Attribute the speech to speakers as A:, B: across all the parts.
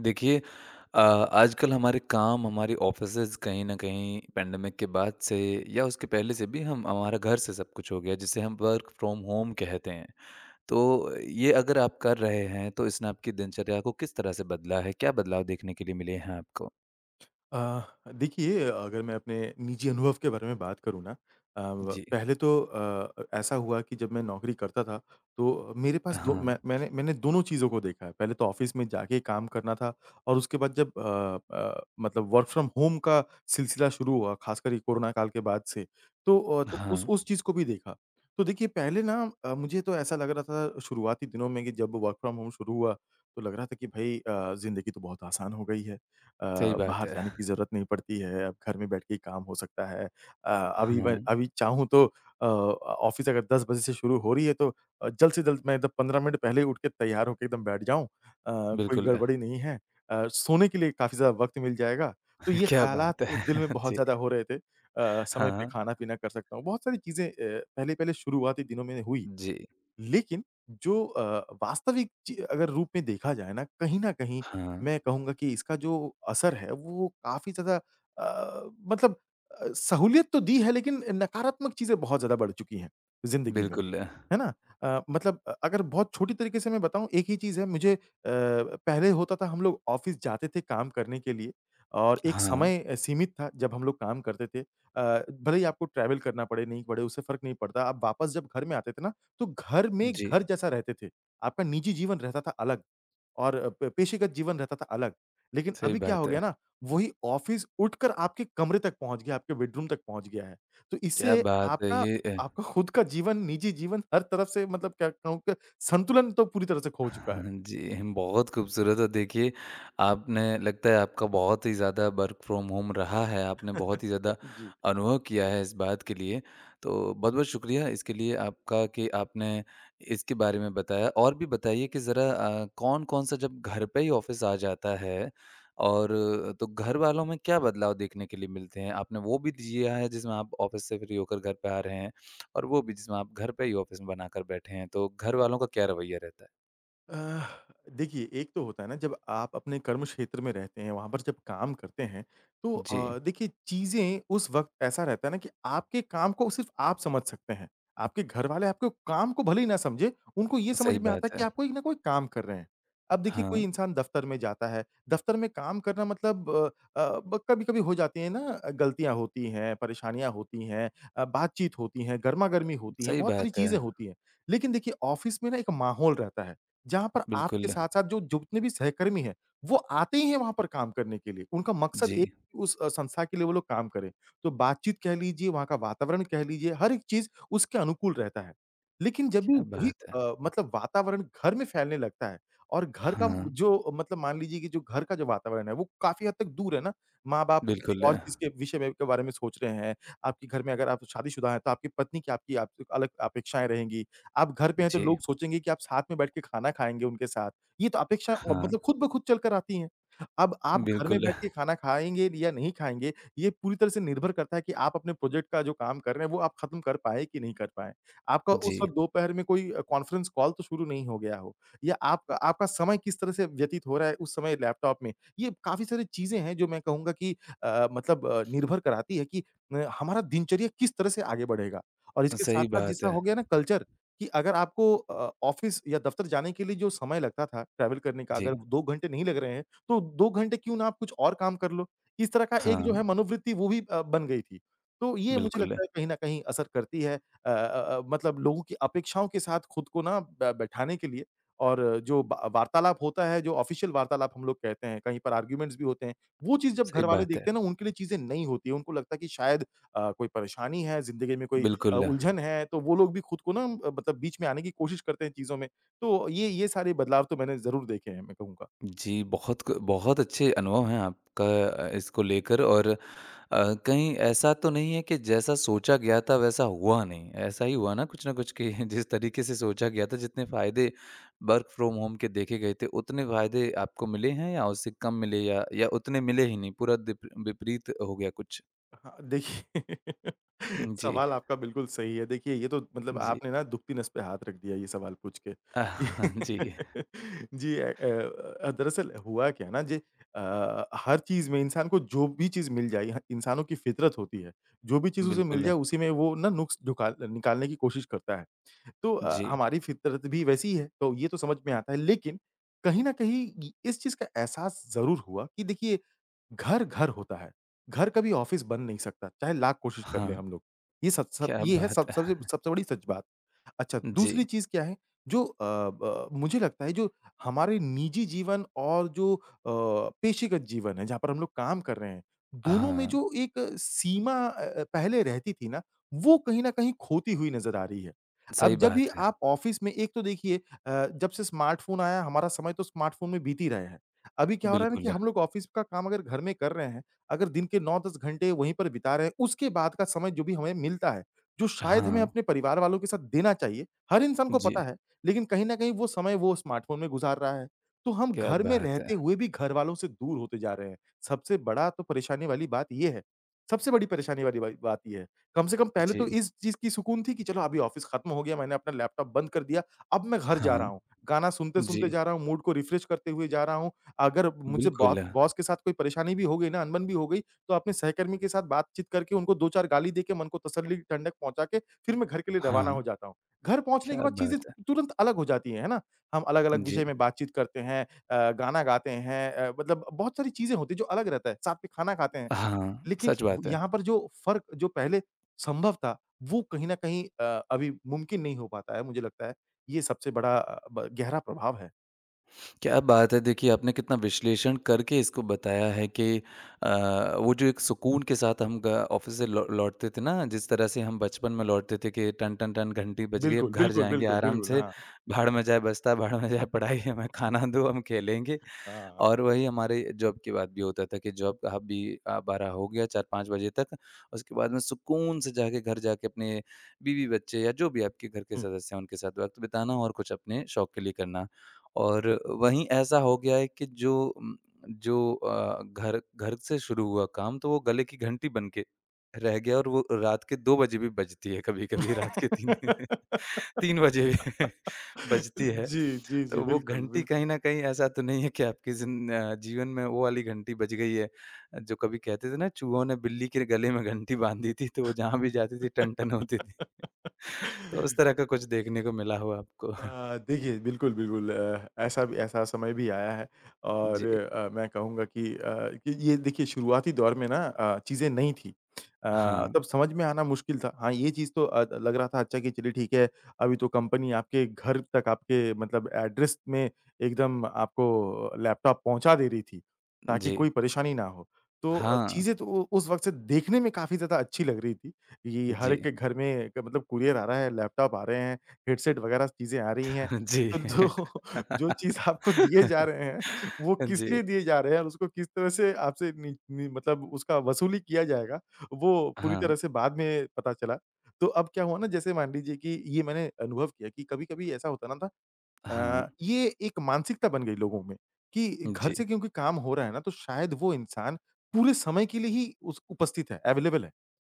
A: देखिए आजकल हमारे काम हमारे ऑफिसेज कहीं न कहीं पैंडेमिक के बाद से या उसके पहले से भी हम हमारा घर से सब कुछ हो गया जिसे हम वर्क फ्रॉम होम कहते हैं। तो ये अगर आप कर रहे हैं तो इसने आपकी दिनचर्या को किस तरह से बदला है? क्या बदलाव देखने के लिए मिले हैं आपको?
B: अ, देखिए अगर मैं अपने निजी अनुभव के बारे में बात करूँ ना।
A: जी।
B: पहले तो ऐसा हुआ कि जब मैं नौकरी करता था तो मेरे पास दो
A: हाँ,
B: मैंने दोनों चीज़ों को देखा है। पहले तो ऑफ़िस में जाके काम करना था और उसके बाद जब मतलब वर्क फ्रॉम होम का सिलसिला शुरू हुआ ख़ासकर ये कोरोना काल के बाद से, तो तो
A: हाँ,
B: उस चीज़ को भी देखा। तो देखिए पहले ना, मुझे तो ऐसा लग रहा था शुरुआती दिनों में कि जब वर्क फ्रॉम होम शुरू हुआ, तो लग रहा था कि भई, ज़िंदगी तो बहुत आसान हो गई है।
A: सही बात
B: बाहर
A: है।
B: जाने की ज़रूरत नहीं पड़ती है, अब घर में बैठ के ही काम हो सकता है। अभी मैं
A: हाँ,
B: अभी चाहूँ तो ऑफ़िस अगर 10 बजे से शुरू हो रही है तो जल्द से जल्द मैं एकदम 15 मिनट पहले ही उठ के तैयार होके एकदम बैठ जाऊँ। कोई
A: बिल्कुल।
B: गड़बड़ी नहीं है। सोने के लिए काफ़ी ज़्यादा वक़्त मिल जाएगा। तो ये
A: क्या
B: ख़्यालात
A: बात
B: दिल में
A: है!
B: बहुत
A: जी।
B: ज़्यादा हो रहे थे। समय पे
A: हाँ,
B: खाना-पीना कर सकता हूँ। बहुत सारी चीज़ें, पहले-पहले शुरुआती दिनों में हुई।
A: जी।
B: लेकिन जो अ, वास्तविक ची अगर रूप में देखा जाए ना, कहीं न कहीं
A: हाँ,
B: मैं कहूँगा कि इसका जो असर है, वो काफ़ी ज़्यादा मतलब सहूलियत तो दी है, लेकिन नकारात्मक चीज़ें बहुत ज़्यादा बढ़ चुकी हैं, ज़िंदगी में।
A: बिल्कुल।
B: है ना? मतलब अगर बहुत छोटी तरीके से मैं बताऊँ एक ही चीज़ है मुझे, पहले होता था हम लोग ऑफ़िस जाते थे काम करने के लिए और एक
A: हाँ,
B: समय सीमित था जब हम लोग काम करते थे। भले ही आपको ट्रैवल करना पड़े, नहीं पड़े उससे फ़र्क नहीं पड़ता। आप वापस जब घर में आते थे ना, तो घर में
A: जी,
B: घर जैसा रहते थे। आपका निजी जीवन रहता था अलग। और प पेशेगत जीवन रहता था अलग। लेकिन
A: सही
B: अभी क्या हो
A: बात
B: गया
A: है।
B: ना, वही ऑफ़िस उठकर आपके कमरे तक पहुँच गया, आपके बेडरूम तक पहुँच गया है। तो
A: क्या
B: इससे
A: बात है!
B: आपका
A: ये अ
B: आपका खुद का जीवन, निजी जीवन हर तरफ से मतलब क्या कहूँ कि संतुलन तो पूरी तरह से खो चुका
A: हाँ,
B: है।
A: जी, बहुत खूबसूरत। और देखिए, आपने लगता है आपका बहुत ही ज़्यादा वर्क फ्रॉम होम रहा है, आपने बहुत ही ज़्यादा
B: जी।
A: अनुभव किया है इस बात के लिए। तो बहुत-बहुत शुक्रिया इसके लिए आपका कि आपने इसके बारे में बताया। और भी बताइए कि ज़रा कौन-कौन सा जब घर पे ही ऑफ़िस आ जाता है तो घर वालों में क्या बदलाव देखने के लिए मिलते हैं? आपने वो भी दिया है जिसमें आप ऑफ़िस से फ्री होकर घर पे आ रहे हैं और वो भी जिसमें आप घर पे ही ऑफ़िस बनाकर बैठे हैं, तो घर वालों का क्या रवैया रहता है?
B: अ, देखिए, एक तो होता है ना जब आप अपने कर्म क्षेत्र में रहते हैं, वहाँ पर जब काम करते हैं, तो
A: जी,
B: देखिए चीज़ें उस वक़्त ऐसा रहता है ना कि आपके काम को सिर्फ़ आप समझ सकते हैं। आपके घरवाले आपके काम को भले ही ना समझें, उनको ये समझ
A: सही
B: में आता है
A: बात
B: कि
A: है।
B: आप कोई ना कोई काम कर रहे हैं। अब देखिए कोई
A: हाँ,
B: इंसान दफ़्तर में जाता है, दफ़्तर में काम करना मतलब अ अ, ब कभी-कभी हो जाती है ना गलतियाँ होती हैं, परेशानियाँ होती हैं, बातचीत होती है, गरमा-गरमी होती है,
A: सही
B: बहुत सारी
A: बात है।
B: चीज़ें होती हैं। लेकिन देखिए ऑफ़िस में ना एक माहौल रहता है। जहाँ पर आपके
A: बिल्कुल,
B: साथ-साथ जो जितने भी सहकर्मी हैं, वो आते ही हैं वहाँ पर काम करने के लिए। उनका मकसद
A: जी,
B: एक कि उस संस्था के लिए वो लोग काम करें। तो बातचीत कह लीजिए, वहाँ का वातावरण कह लीजिए, हर एक चीज़ उसके अनुकूल रहता है। लेकिन जब भी
A: क्या
B: वही
A: बात है।
B: मतलब वातावरण घर में फैलने लगता है और घर का
A: हाँ,
B: म- जो मतलब मान लीजिए कि जो घर का जो वातावरण है, वो काफ़ी हद तक दूर है ना। माँ-बाप किसी
A: बिल्कुल,
B: और चीज़ के बारे में सोच रहे हैं। आपके घर में अगर आप शादीशुदा हैं, तो आपकी पत्नी की आपकी आपसे अलग अपेक्षाएँ रहेंगी। आप घर पे हैं तो
A: जी,
B: लोग सोचेंगे कि आप साथ में बैठ के खाना खाएँगे उनके साथ। ये तो अपेक्षा,
A: हाँ,
B: खुद ब खुद चल कर आती हैं। अब आप घर में
A: बिल्कुल,
B: बैठ के खाना खाएँगे या नहीं खाएँगे, ये पूरी तरह से निर्भर करता है कि आप अपने प्रोजेक्ट का जो काम कर रहे हैं, वो आप खत्म कर पाए कि नहीं कर पाए। आपका
A: जी,
B: उस वक़्त दोपहर में कोई, कॉन्फ्रेंस कॉल तो शुरू नहीं हो गया हो या आपका आपका समय किस तरह से व्यतीत हो रहा है उस समय लैपटॉप में। ये काफ़ी सारी चीज़ें हैं जो मैं कहूँगा कि मतलब निर्भर कराती है कि हमारा दिनचर्या किस तरह से आगे बढ़ेगा और इसके
A: सही
B: साथ-साथ
A: बात
B: जैसा
A: है।
B: हो गया ना कल्चर कि अगर आपको, ऑफ़िस या दफ़्तर जाने के लिए जो समय लगता था ट्रैवल करने का,
A: जी,
B: अगर 2 घंटे नहीं लग रहे हैं, तो 2 घंटे क्यों ना आप कुछ और काम कर लो? इस तरह का एक जो
A: हाँ,
B: है मनोवृत्ति वो भी, बन गई थी। तो ये मुझे
A: बिल्कुल,
B: लगता है कहीं न कहीं असर करती है, लोगों की अपेक्षाओं के साथ खुद को ना ब बैठाने के लिए और जो वा वार्तालाप होता है, जो ऑफ़िशियल वार्तालाप हम लोग कहते हैं, कहीं पर आर्ग्यूमेंट्स भी होते हैं, वो चीज़ जब
A: सही
B: घरवाले
A: बात है।
B: देखते हैं ना, उनके लिए चीज़ें नई होती हैं। उनको लगता है कि शायद, कोई परेशानी है, ज़िंदगी में कोई,
A: बिल्कुल।
B: उलझन है, तो वो लोग भी खुद को ना, बीच में आने की कोशिश करते हैं चीज़ों में। तो ये सारे बदलाव तो मैंने ज़रूर देखे हैं, मैं कहूँगा।
A: जी, बहुत अच्छे अनुभव हैं आपका, इसको लेकर। कहीं ऐसा तो नहीं है कि जैसा सोचा गया था वैसा हुआ नहीं? ऐसा ही हुआ ना कुछ न कुछ कि जिस तरीके से सोचा गया था जितने फ़ायदे वर्क फ्रॉम होम के देखे गए थे उतने फ़ायदे आपको मिले हैं या उससे कम मिले या उतने मिले ही नहीं, पूरा दिप विपरीत हो गया कुछ?
B: हाँ, देखिए।
A: जी,
B: सवाल आपका बिल्कुल सही है। देखिए, ये तो मतलब
A: जी।
B: आपने ना दुखती नस पे हाथ रख दिया ये सवाल पूछ के।
A: आह, जी,
B: जी। दरअसल हुआ क्या है ना जी, हर चीज़ में इंसान को जो भी चीज़ मिल जाए ह इंसानों की फितरत होती है। जो भी चीज़ उसे मिल
A: बिल्कुल।
B: जाए उसी में वो ना नुक्स ढुकाल निकालने की कोशिश करता है। तो,
A: जी,
B: हमारी फितरत भी वैसी ही है, तो ये तो समझ में आता है। लेकिन कहीं न कहीं इ इस चीज़ का एहसास ज़रूर हुआ कि देखिए घर, घर होता है। घर कभी ऑफ़िस बन नहीं सकता, चाहे लाख कोशिश कर
A: हाँ,
B: लें हम लोग। ये सच सब
A: क्या
B: ये है
A: बात
B: सब सबसे
A: है!
B: सबसे बड़ी सच बात। अच्छा,
A: जी,
B: दूसरी चीज़ क्या है, जो अ, ब मुझे लगता है जो हमारे निजी जीवन और जो, पेशेगत जीवन है, जहाँ पर हम लोग काम कर रहे हैं, दोनों में
A: हाँ,
B: जो एक सीमा पहले रहती थी ना, वो कहीं न कहीं खोती हुई नज़र आ रही है। अब
A: सही
B: जब भी
A: बात है।
B: आप ऑफ़िस में एक तो देखिए, जब से स्मार्टफ़ोन आया, हमारा समय तो स्मार्टफ़ोन में बीत ही रहा है। अभी क्या हो रहा है ना कि
A: बिल्कुल,
B: हम लोग ऑफ़िस का काम अगर घर में कर रहे हैं, अगर दिन के 9-10 घंटे वहीं पर बिता रहे हैं, उसके बाद का समय जो भी हमें मिलता है, जो शायद हमें
A: हाँ।
B: अपने परिवार वालों के साथ देना चाहिए, हर इंसान को पता
A: जी,
B: है, लेकिन कहीं न कहीं वो समय वो स्मार्टफ़ोन में गुज़ार रहा है। तो हम
A: क्या
B: घर में
A: बात है!
B: रहते हुए भी घरवालों से दूर होते जा रहे हैं। सबसे बड़ा तो परेशानी वाली बात ये है। सबसे बड़ी परेशानी वाली बाई बात ये है। कम से कम पहले तो
A: जी,
B: इस चीज़ की सुकून थी कि चलो अभी ऑफ़िस खत्म हो गया, मैंने अपना लैपटॉप बंद कर दिया, अब मैं घर जा रहा
A: हाँ,
B: हूँ। गाना
A: जी,
B: सुनते-सुनते जा रहा हूँ, मूड को रिफ़्रेश करते हुए जा रहा हूँ। अगर मुझे बॉ
A: बिल्कुल,
B: बॉस के साथ कोई परेशानी भी हो गई ना, अनबन भी हो गई, तो अपने सहकर्मी के साथ बातचीत करके उनको 2-4 गाली देके मन को तसल्ली, ठंडक पहुँचा के फिर मैं घर के लिए रवाना
A: हाँ,
B: हो जाता हूँ। घर पहुँचने के
A: क्या
B: बाद चीज़ें
A: बात है!
B: तुरंत अलग हो जाती हैं, है ना? हम अलग-अलग
A: जी,
B: विषय में बातचीत करते हैं गाना गाते हैं मतलब बहुत सारी चीज़ें होती हैं जो अलग रहता है, साथ में खाना खाते हैं।
A: हाँ,
B: लेकिन
A: सच
B: व
A: बात है।
B: यहाँ पर जो फ़र्क जो पहले संभव था, वो कहीं न कहीं अभी मुमकिन नहीं हो पाता है मुझे लगता है। ये सबसे बड़ा अ, ब गहरा प्रभाव है।
A: क्या बात है, देखिए आपने कितना विश्लेषण करके इसको बताया है कि वो जो एक सुकून के साथ हम ग ऑफ़िस से लौ लौटते थे ना, जिस तरह से हम बचपन में लौटते थे कि टन, टन, टन घंटी बज गई, अब
B: बिल्कुल,
A: घर
B: बिल्कुल,
A: जाएँगे
B: बिल्कुल,
A: आराम
B: बिल्कुल।
A: से,
B: हाँ,
A: भाड़ में जाए बस्ता, भाड़ में जाए पढ़ाई, हमें खाना दो, हम खेलेंगे।
B: हाँ।
A: और वही हमारे जॉब के बाद भी होता था कि जॉब का भी 12 हो गया 4-5 बजे तक, उसके बाद में सुकून से जाके घर जाके अपने बीवी बच्चे या जो भी आपके घर के
B: हुँ।
A: सदस्य हैं उनके साथ वक़्त बिताना और कुछ अपने शौक के लिए करना। और वहीं ऐसा हो गया है कि जो उम, जो अ, घर घर से शुरू हुआ काम तो वो गले की घंटी बन के रह गया और वो रात के 2 बजे भी बजती है, कभी-कभी रात के 3 3 बजे भी बजती है।
B: जी, जी, जी।
A: तो वो
B: बिल्कुल,
A: घंटी,
B: बिल्कुल।
A: कहीं न कहीं ऐसा तो नहीं है कि आपकी जीवन में वो वाली घंटी बज गई है, जो कभी कहते थे ना चूहों ने बिल्ली के गले में घंटी बाँधी थी, तो वो जहाँ भी जाती थी टन-टन होती थी। तो उस तरह का कुछ देखने को मिला हो आपको।
B: देखिए, बिल्कुल, बिल्कुल, ऐसा समय भी आया है और
A: जी,
B: मैं कहूँगा कि ये देखिए शुरुआती दौर में ना, चीज़ें नई थी।
A: हाँ,
B: तब समझ में आना मुश्किल था। हाँ, ये चीज़ तो लग रहा था अच्छा कि चलिए ठीक है, अभी तो कंपनी आपके घर तक आपके मतलब एड्रेस में एकदम आपको लैपटॉप पहुँचा दे रही थी, ताकि
A: जी,
B: कोई परेशानी ना हो। तो
A: हाँ,
B: चीज़ें तो उ उस वक़्त से देखने में काफ़ी ज़्यादा अच्छी लग रही थी, कि हर
A: जी,
B: एक के घर में क मतलब कूरियर आ रहा है, लैपटॉप आ रहे हैं। हेडसेट वगैरह चीज़ें आ रही हैं।
A: जी।
B: तो जो जो चीज़ आपको दिए जा रहे हैं, वो किस
A: जी,
B: लिए दिए जा रहे हैं और उसको किस तरह से आपसे नि नि मतलब उसका वसूली किया जाएगा, वो पूरी
A: हाँ,
B: तरह से बाद में पता चला। तो अब क्या हुआ ना जैसे मान लीजिए कि ये मैंने अनुभव किया कि कभी-कभी ऐसा होता ना था
A: हाँ,
B: ये एक मानसिकता बन गई लोगों में कि घर
A: जी,
B: से क्योंकि काम हो रहा है ना, तो शायद वो इंसान पूरे समय के लिए ही उस उपस्थित है, अवेलेबल है।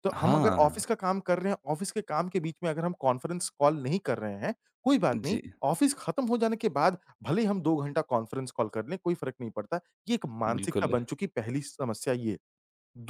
B: तो हम अगर
A: हाँ,
B: ऑफ़िस का काम कर रहे हैं, ऑफ़िस के काम के बीच में अगर हम कॉन्फ्रेंस कॉल नहीं कर रहे हैं, कोई बात नहीं,
A: जी,
B: ऑफ़िस खत्म हो जाने के बाद भले ही हम 2 घंटा कॉन्फ्रेंस कॉल कर लें, कोई फ़र्क नहीं पड़ता। ये एक मानसिकता
A: बिल्कुल,
B: बन चुकी पहली समस्या ये है।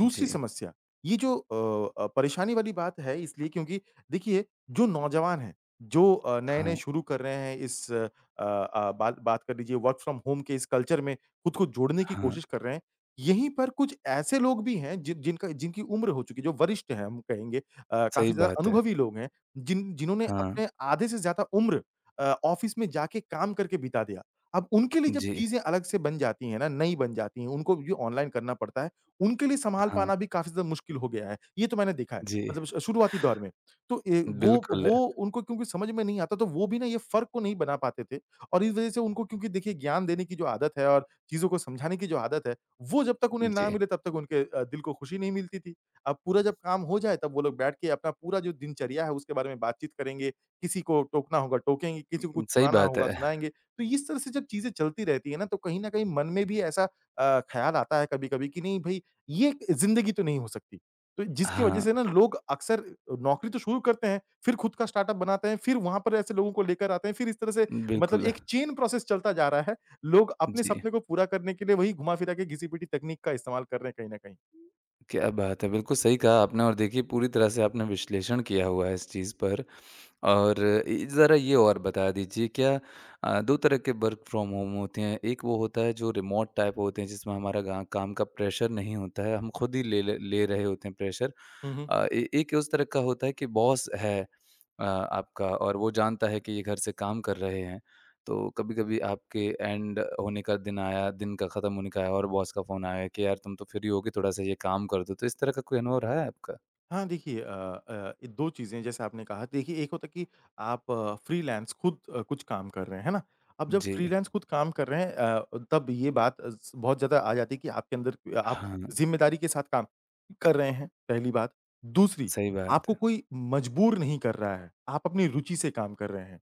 B: दूसरी
A: जी,
B: समस्या, ये जो परेशानी वाली बात है इसलिए क्योंकि देखिए जो नौजवान हैं, जो नए-नए
A: हाँ,
B: शुरू कर रहे हैं इस अ अ, बात बात कर लीजिए वर्क फ्रॉम होम के इस कल्चर में खुद को जोड़ने की
A: हाँ।
B: कोशिश कर रहे हैं। यहीं पर कुछ ऐसे लोग भी हैं जिनकी उम्र हो चुकी है, जो वरिष्ठ हैं हम कहेंगे,
A: सही
B: काफ़ी ज़्यादा
A: बात है।
B: अनुभवी लोग हैं, जिन्होंने
A: हाँ,
B: अपने आधे से ज़्यादा उम्र ऑफ़िस में जाके काम करके बिता दिया। अब उनके लिए जब
A: जी,
B: चीज़ें अलग से बन जाती हैं ना, नई बन जाती हैं, उनको ये ऑनलाइन करना पड़ता है। उनके लिए सँभाल
A: हाँ,
B: पाना भी काफ़ी ज़्यादा मुश्किल हो गया है। ये तो मैंने देखा है,
A: जी,
B: मतलब श शुरुआती दौर में। तो ए
A: बिल्कुल,
B: वो उनको क्योंकि समझ में नहीं आता, तो वो भी ना ये फ़र्क को नहीं बना पाते थे और इस वज़ह से उनको क्योंकि देखिए ज्ञान देने की जो आदत है और चीज़ों को समझाने की जो आदत है, वो जब तक उन्हें ना
A: जी,
B: मिले तब तक उनके दिल को खुशी नहीं मिलती थी। अब पूरा जब काम हो जाए तब वो लोग बैठ के अपना पूरा जो दिनचर्या है उसके बारे में बातचीत करेंगे, किसी को टोकना होगा टोकेंगे, किसी को कुछ
A: सही
B: सुनाना
A: बात
B: होगा
A: है।
B: सुनाएँगे। तो इस तरह से जब चीज़ें चलती रहती है ना, तो कहीं न कहीं मन में भी ऐसा ख़्याल आता है कभी-कभी कि नहीं भई ये एक ज़िंदगी तो नहीं हो सकती। तो जिसकी वज़ह
A: हाँ,
B: से ना लोग अक्सर नौकरी तो शुरू करते हैं, फिर खुद का स्टार्टअप बनाते हैं, फिर वहाँ पर ऐसे लोगों को लेकर आते हैं, फिर इस तरह से मतलब
A: बिल्कुल,
B: एक चेन प्रोसेस चलता जा रहा है। लोग अपने
A: जी।
B: सपने को पूरा करने के लिए वही घुमा-फिरा के घिसी-पिटी तकनीक का इस्तेमाल कर रहे हैं कहीं न कहीं।
A: क्या बात है! बिल्कुल सही कहा आपने। और देखिए, पूरी तरह से आपने विश्लेषण किया हुआ है इस चीज़ पर। और इ ज़रा ये और बता दीजिए, क्या 2 तरह के वर्क फ्रॉम होम होते हैं। एक वो होता है जो रिमोट टाइप होते हैं जिसमें हमारा गा काम का प्रेशर नहीं होता है, हम खुद ही ले ले ले रहे होते हैं प्रेशर।
B: हुँ, हुँ।
A: अ, ए एक उस तरह का होता है कि बॉस है आपका और वो जानता है कि ये घर से काम कर रहे हैं। तो कभी-कभी आपके एंड होने का दिन आया, दिन का ख़त्म होने का आया और बॉस का फ़ोन आया कि यार तुम तो फ्री होगे थोड़ा-सा ये काम कर दो। तो इस तरह का कोई अनुभव रहा है आपका?
B: हाँ, देखिए 2 चीज़ें जैसे आपने कहा देखिए एक होता है कि आप फ्रीलांस खुद कुछ काम कर रहे हैं, है ना? अब जब
A: जी।
B: फ्रीलांस खुद काम कर रहे हैं, तब ये बात अ, स बहुत ज़्यादा आ जाती है कि आपके अंदर आप
A: हाँ,
B: ज़िम्मेदारी के साथ काम कर रहे हैं, पहली बात। दूसरी,
A: सही बात
B: आपको
A: है,
B: कोई मजबूर नहीं कर रहा है, आप अपनी रुचि से काम कर रहे हैं।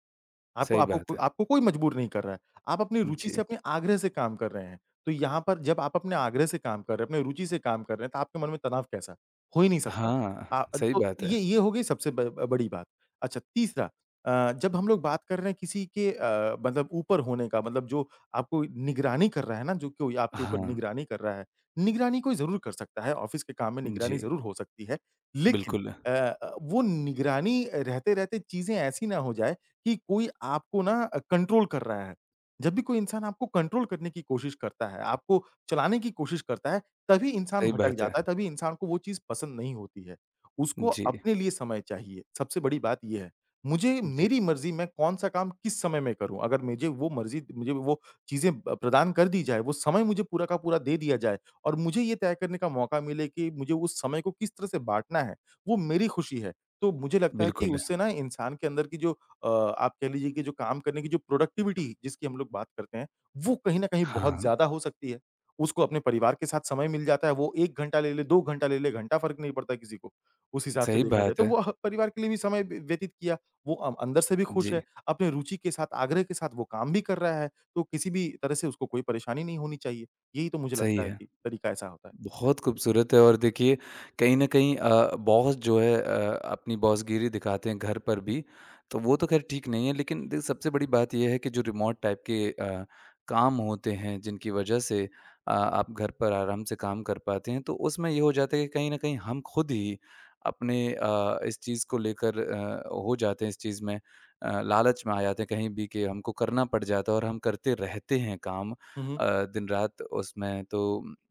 B: आपको
A: सही
B: आपको
A: बात
B: को
A: है।
B: आपको कोई मजबूर नहीं कर रहा है। आप अपनी रुचि से,
A: जी।
B: अपने आग्रह से काम कर रहे हैं। तो यहाँ पर जब आप अपने आग्रह से काम कर रहे हैं, अपने रुचि से काम कर रहे हैं, तो आपके मन में तनाव कैसा? हो ही नहीं सकता।
A: हाँ, सही
B: तो
A: बात है।
B: ये हो गई सबसे ब ब बड़ी बात। अच्छा तीसरा, जब हम लोग बात कर रहे हैं किसी के मतलब ऊपर होने का मतलब जो आपको निगरानी कर रहा है ना, जो कोई आपके ऊपर
A: हाँ,
B: निगरानी कर रहा है। निगरानी कोई ज़रूर कर सकता है, ऑफ़िस के काम में
A: जी,
B: निगरानी ज़रूर हो सकती है। लेकिन
A: बिल्कुल।
B: वो निगरानी रहते-रहते चीज़ें ऐसी ना हो जाए कि कोई आपको ना कंट्रोल कर रहा है। जब भी कोई इंसान आपको कंट्रोल करने की कोशिश करता है, आपको चलाने की कोशिश करता है, तभी इंसान
A: सही
B: भटक
A: बात है।
B: जाता है, तभी इंसान को वो चीज़ पसंद नहीं होती है। उसको
A: जी,
B: अपने लिए समय चाहिए, सबसे बड़ी बात ये है। मुझे
A: जी,
B: मेरी मर्ज़ी, मैं कौन-सा काम किस समय में करूँ, अगर मुझे वो मर्ज़ी मुझे वो चीज़ें ब प्रदान कर दी जाए, वो समय मुझे पूरा का पूरा दे दिया जाए और मुझे ये तय करने का मौका मिले कि मुझे उस समय को किस तरह से बाँटना है, वो मेरी खुशी है। तो मुझे लगता है कि
A: बिल्कुल।
B: उससे ना इंसान के अंदर की जो आप कह लीजिए कि जो काम करने की जो प्रोडक्टिविटी जिसकी हम लोग बात करते हैं, वो कहीं न कहीं बहुत
A: हाँ,
B: ज़्यादा हो सकती है। उसको अपने परिवार के साथ समय मिल जाता है, वो 1 घंटा ले ले, 2 घंटा ले ले, घंटा फ़र्क नहीं पड़ता किसी को। उस हिसाब से
A: सही
B: देखा जाए
A: बात
B: तो
A: है।
B: वो ह परिवार के लिए भी समय व्यतीत किया, वो अंदर से भी खुश है,
A: जी,
B: अपने रुचि के साथ, आग्रह के साथ वो काम भी कर रहा है, तो किसी भी तरह से उसको कोई परेशानी नहीं होनी चाहिए। यही तो मुझे
A: सही
B: लगता है
A: है।
B: कि तरीका ऐसा होता है।
A: बहुत खूबसूरत है। और देखिए, कहीं न कहीं बॉस जो है अपनी बॉसगिरी दिखाते हैं घर पर भी, तो वो तो ख़ैर ठीक नहीं है। लेकिन देखिए, सबसे बड़ी बात ये है कि जो रिमोट टाइप के काम होते हैं जिनकी वज़ह से आप घर पर आराम से काम कर पाते हैं, तो उसमें ये हो जाता है कि कहीं न कहीं हम खुद ही अपने, इस चीज़ को लेकर हो जाते हैं इस चीज़ में, लालच में आ जाते हैं कहीं भी कि हमको करना पड़ जाता है और हम करते रहते हैं काम,
B: हुँ, हुँ।
A: दिन-रात उसमें। तो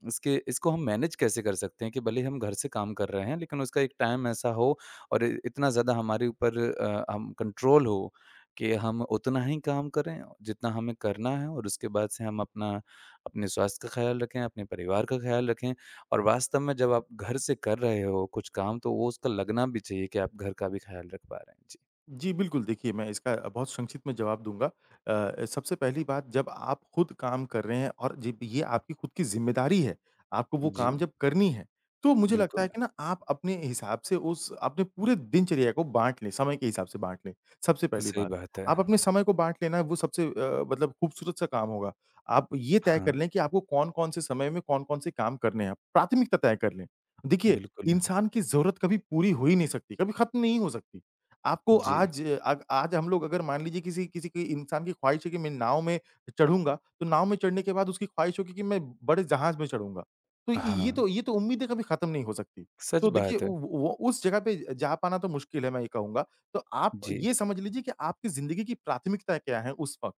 A: इसके, इसको हम मैनेज कैसे कर सकते हैं कि भले ही हम घर से काम कर रहे हैं लेकिन उसका एक टाइम ऐसा हो और इ इतना ज़्यादा हमारे ऊपर हम कंट्रोल हो कि हम उतना ही काम करें जितना हमें करना है और उसके बाद से हम अपना, अपने स्वास्थ्य का ख़्याल रखें, अपने परिवार का ख़्याल रखें और वास्तव में जब आप घर से कर रहे हो कुछ काम तो वो उसका लगना भी चाहिए कि आप घर का भी ख़्याल रख पा रहे हैं। जी।
B: जी, बिल्कुल देखिए, मैं इसका बहुत संक्षिप्त में जवाब दूँगा। सबसे पहली बात, जब आप खुद काम कर रहे हैं और जब ये आपकी खुद की ज़िम्मेदारी है, आपको वो
A: जी,
B: काम जब करनी है, तो मुझे लगता है
A: बिल्कुल।
B: कि ना आप अपने हिसाब से उस अपने पूरे दिनचर्या को बाँट लें, समय के हिसाब से बाँट लें, सबसे पहली
A: सही
B: बात।
A: बात है।
B: आप अपने समय को बाँट लेना वो सबसे मतलब खूबसूरत सा काम होगा। आप ये तय
A: हाँ,
B: कर लें कि आपको कौन-कौन से समय में कौन-कौन से काम करने हैं, प्राथमिकता तय कर लें। देखिए,
A: बिल्कुल।
B: इंसान की ज़रूरत कभी पूरी हो ही नहीं सकती, कभी खत्म नहीं हो सकती। आपको
A: जी।
B: आज अग आज हम लोग अगर मान लीजिए किसी किसी की इंसान की ख्वाहिश है कि मैं नाव में चढ़ूँगा, तो नाव में चढ़ने के बाद उसकी ख्वाहिश होगी कि मैं बड़े जहाज में चढ़ूँगा। तो
A: हाँ,
B: ये तो ये तो उम्मीदें कभी खत्म नहीं हो सकती।
A: सच
B: तो देखिए
A: बात है।
B: वो उस जगह पे जा पाना तो मुश्किल है मैं ये कहूँगा। तो आप
A: जी।
B: ये समझ लीजिए कि आपकी ज़िंदगी की प्राथमिकता क्या है उस वक़्त।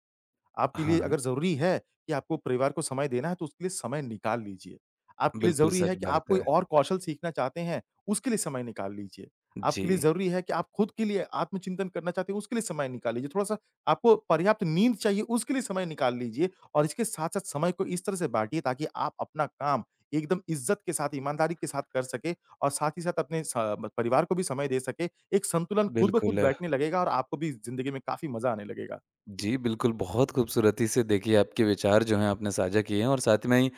B: आपके लिए
A: हाँ।
B: अगर ज़रूरी है कि आपको परिवार को समय देना है, तो उसके लिए समय निकाल लीजिए। आपके लिए
A: बिल्कुल,
B: ज़रूरी है
A: सच
B: कि आप
A: बात
B: कोई
A: है।
B: और कौशल सीखना चाहते हैं, उसके लिए समय निकाल लीजिए। आपके
A: जी,
B: लिए ज़रूरी है कि आप खुद के लिए आत्मचिंतन करना चाहते हैं, उसके लिए समय निकाल लीजिए। थोड़ा-सा आपको पर्याप्त नींद चाहिए, उसके लिए समय निकाल लीजिए और इसके साथ-साथ समय को इस तरह से बाँटिए ताकि आप अपना काम एकदम इज़्ज़त के साथ, ईमानदारी के साथ कर सकें और साथ ही साथ अपने स परिवार को भी समय दे सकें। एक संतुलन खुद ब
A: बिल्कुल।
B: खुद बैठने लगेगा और आपको भी ज़िंदगी में काफ़ी मज़ा आने लगेगा।
A: जी, बिल्कुल, बहुत खूबसूरती से देखिए आपके विचार जो हैं आपने साझा किए हैं और साथ में ही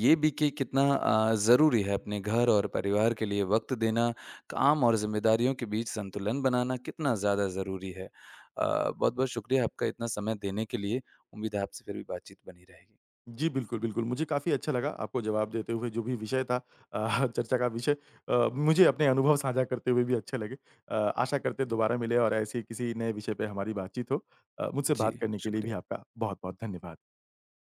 A: ये भी कि कितना ज़रूरी है अपने घर और परिवार के लिए वक़्त देना, काम और ज़िम्मेदारियों के बीच संतुलन बनाना कितना ज़्यादा ज़रूरी है। बहुत-बहुत शुक्रिया आपका इतना समय देने के लिए। उम्मीद है आपसे फिर भी बातचीत बनी रहेगी।
B: जी, बिल्कुल, बिल्कुल। मुझे काफ़ी अच्छा लगा आपको जवाब देते हुए, जो भी विषय था, चर्चा का विषय, मुझे अपने अनुभव साझा करते हुए भी अच्छे लगे। आशा करते हैं दोबारा मिले और ऐसे ही किसी नए विषय पे हमारी बातचीत हो। मुझसे
A: जी,
B: बात करने के लिए भी
A: शुक्रिया।
B: आपका बहुत-बहुत धन्यवाद।